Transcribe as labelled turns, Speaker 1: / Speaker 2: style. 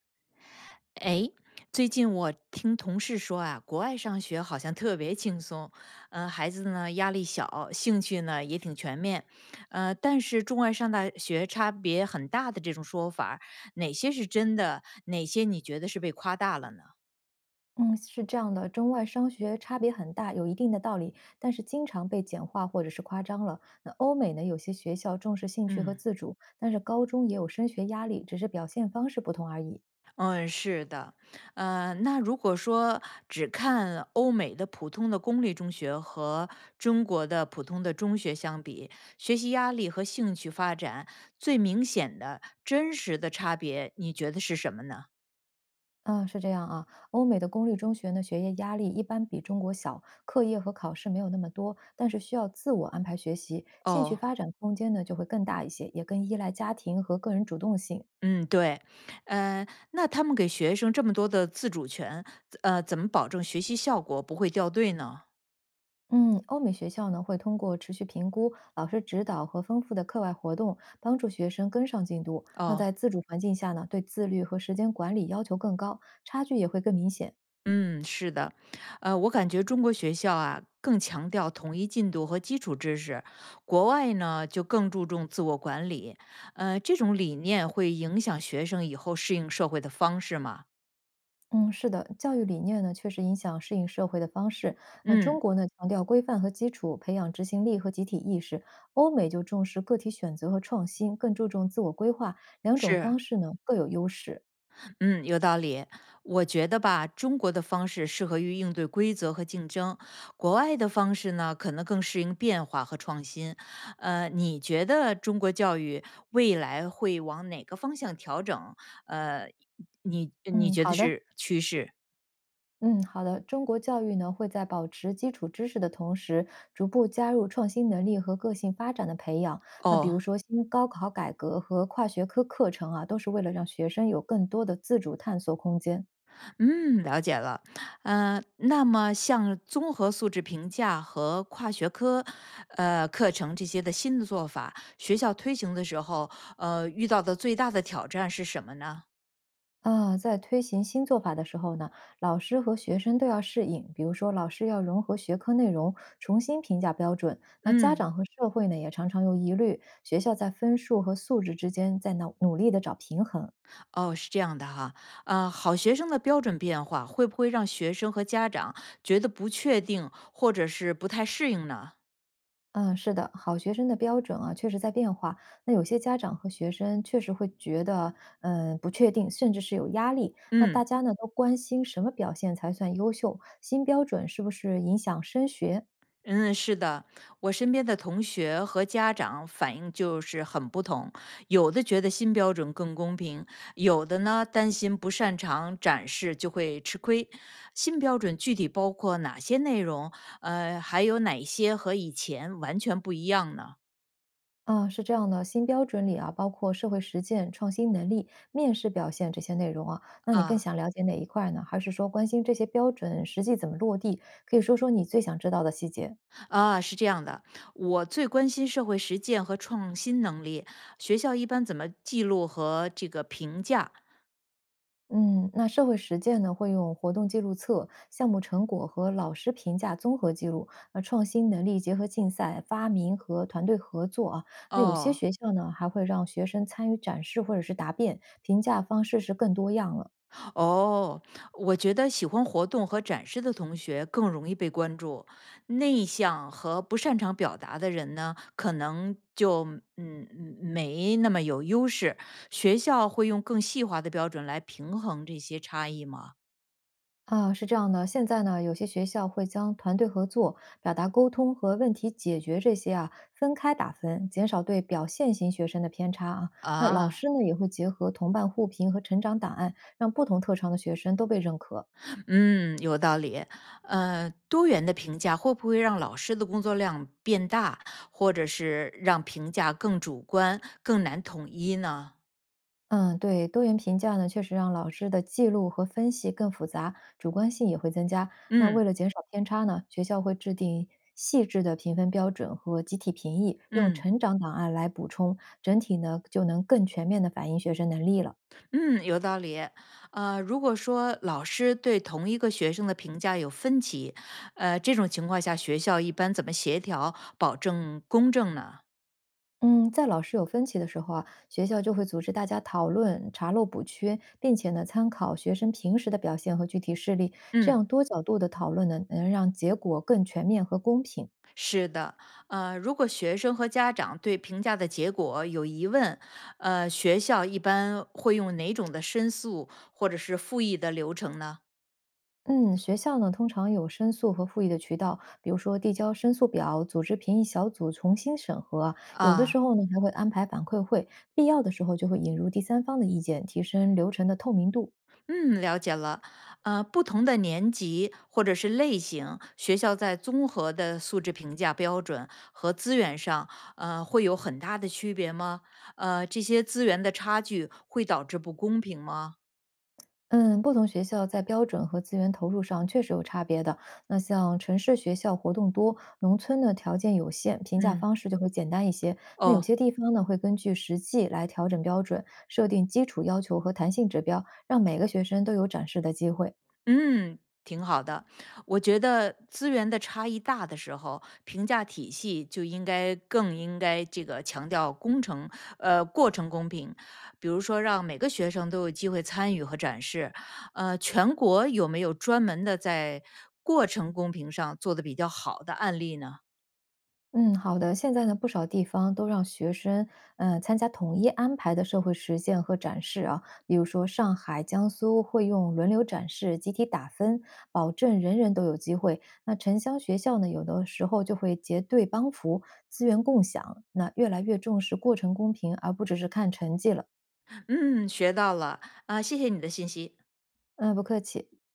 Speaker 1: 哎，最近我听同事说啊，国外上学好像特别轻松，孩子呢压力小，兴趣呢也挺全面，但是中外上大学差别很大的这种说法儿哪些是真的，哪些你觉得是被夸大了呢？
Speaker 2: 嗯，是这样的，中外商学差别很大，有一定的道理，但是经常被简化或者是夸张了。那欧美呢，有些学校重视兴趣和
Speaker 1: 嗯
Speaker 2: 自主，但是高中也有升学压力，只是表现方式不同而已。
Speaker 1: 嗯，是的，那如果说只看欧美的普通的公立中学和中国的普通的中学相比，学习压力和兴趣发展最明显的、真实的差别，你觉得是什么呢？
Speaker 2: 啊，是这样啊，欧美的公立中学呢，学业压力一般比中国小，课业和考试没有那么多，但是需要自我安排学习，兴趣
Speaker 1: 哦，
Speaker 2: 发展空间呢就会更大一些，也更依赖家庭和个人主动性。
Speaker 1: 嗯，对，呃，那他们给学生这么多的自主权，怎么保证学习效果不会掉队呢？
Speaker 2: 嗯，欧美学校呢会通过持续评估、老师指导和丰富的课外活动，帮助学生跟上进度。那
Speaker 1: 哦，
Speaker 2: 在自主环境下呢，对自律和时间管理要求更高，差距也会更明显。
Speaker 1: 嗯，是的，我感觉中国学校啊更强调统一进度和基础知识，国外呢就更注重自我管理。这种理念会影响学生以后适应社会的方式吗？
Speaker 2: 嗯，是的，教育理念呢确实影响适应社会的方式。那中
Speaker 1: 嗯，
Speaker 2: 国呢强调规范和基础，培养执行力和集体意识；欧美就重视个体选择和创新，更注重自我规划。两种
Speaker 1: 是。
Speaker 2: 方式呢各有优势。
Speaker 1: 嗯，有道理。我觉得吧，中国的方式适合于应对规则和竞争，国外的方式呢，可能更适应变化和创新。你觉得中国教育未来会往哪个方向调整？呃，你
Speaker 2: 嗯，
Speaker 1: 觉得
Speaker 2: 好的，
Speaker 1: 是趋势？
Speaker 2: 中国教育呢，会在保持基础知识的同时，逐步加入创新能力和个性发展的培养。那比
Speaker 1: 哦，
Speaker 2: 如说，新高考改革和跨学科课程啊，都是为了让学生有更多的自主探索空间。
Speaker 1: 嗯，了解了。那么像综合素质评价和跨学科，课程这些的新的做法，学校推行的时候，遇到的最大的挑战是什么呢？
Speaker 2: 啊，在推行新做法的时候呢，老师和学生都要适应。比如说，老师要融合学科内容，重新评价标准。那家
Speaker 1: 嗯，
Speaker 2: 长和社会呢，也常常有疑虑，学校在分数和素质之间在努力的找平衡。
Speaker 1: 哦，是这样的哈。好学生的标准变化会不会让学生和家长觉得不确定，或者是不太适应呢？
Speaker 2: 嗯，是的，好学生的标准啊，确实在变化。那有些家长和学生确实会觉得，嗯，不确定，甚至是有压力。那
Speaker 1: 嗯。
Speaker 2: 大家呢，都关心什么表现才算优秀？新标准是不是影响升学？
Speaker 1: 嗯，是的，我身边的同学和家长反应就是很不同，有的觉得新标准更公平，有的呢担心不擅长展示就会吃亏。新标准具体包括哪些内容？还有哪些和以前完全不一样呢？
Speaker 2: 啊，是这样的，新标准里啊，包括社会实践、创新能力、面试表现这些内容啊。那你更
Speaker 1: 啊
Speaker 2: 想了解哪一块呢？还是说关心这些标准实际怎么落地？可以说说你最想知道的细节。
Speaker 1: 啊，是这样的，我最关心社会实践和创新能力，学校一般怎么记录和这个评价？
Speaker 2: 嗯，那社会实践呢，会用活动记录册、项目成果和老师评价综合记录，那创新能力结合竞赛、发明和团队合作啊。那有些
Speaker 1: 哦，
Speaker 2: 学校呢，还会让学生参与展示或者是答辩，评价方式是更多样了。
Speaker 1: 哦，我觉得喜欢活动和展示的同学更容易被关注，内向和不擅长表达的人呢，可能就没那么有优势。学校会用更细化的标准来平衡这些差异吗？
Speaker 2: 啊，是这样的，现在呢，有些学校会将团队合作、表达沟通和问题解决这些啊分开打分，减少对表现型学生的偏差啊。那老
Speaker 1: 啊，
Speaker 2: 师呢，也会结合同伴互评和成长档案，让不同特长的学生都被认可。
Speaker 1: 嗯，有道理。多元的评价会不会让老师的工作量变大，或者是让评价更主观、更难统一呢？
Speaker 2: 嗯，对，多元评价呢，确实让老师的记录和分析更复杂，主观性也会增加。那
Speaker 1: 嗯
Speaker 2: 为了减少偏差呢，学校会制定细致的评分标准和集体评议，用
Speaker 1: 嗯。
Speaker 2: 成长档案来补充，整体呢就能更全面的反映学生能力了。
Speaker 1: 嗯，有道理。如果说老师对同一个学生的评价有分歧，这种情况下，学校一般怎么协调，保证公正呢？
Speaker 2: 嗯，在老师有分歧的时候啊，学校就会组织大家讨论、查漏补缺，并且呢参考学生平时的表现和具体事例，这
Speaker 1: 嗯，
Speaker 2: 样多角度的讨论呢，能让结果更全面和公平。
Speaker 1: 是的。如果学生和家长对评价的结果有疑问，学校一般会用哪种的申诉或者是复议的流程呢？
Speaker 2: 嗯，学校呢通常有申诉和复议的渠道，比如说递交申诉表、组织评议小组重新审核啊有的时
Speaker 1: 啊，
Speaker 2: 候呢还会安排反馈会，必要的时候就会引入第三方的意见，提升流程的透明度。
Speaker 1: 嗯，了解了。不同的年级或者是类型，学校在综合的素质评价标准和资源上，会有很大的区别吗？这些资源的差距会导致不公平吗？
Speaker 2: 嗯，不同学校在标准和资源投入上确实有差别的。那像城市学校活动多，农村呢条件有限，评价
Speaker 1: 嗯，
Speaker 2: 方式就会简单一些。那有
Speaker 1: 哦，
Speaker 2: 些地方呢会根据实际来调整标准，设定基础要求和弹性指标，让每个学生都有展示的机会。
Speaker 1: 嗯，挺好的。我觉得资源的差异大的时候，评价体系就应该更应该这个强调工程，过程公平。比如说，让每个学生都有机会参与和展示。全国有没有专门的在过程公平上做的比较好的案例呢？
Speaker 2: 嗯，好的。现在呢，不少地方都让学生，嗯，参加统一安排的社会实践和展示啊，比如说上海、江苏会用轮流展示、集体打分，保证人人都有机会。那城乡学校呢，有的时候就会结对帮扶，资源共享，那越来越重视过程公平，而不只是看成绩了。
Speaker 1: 嗯，学到了啊，谢谢你的信息。
Speaker 2: 嗯，不客气。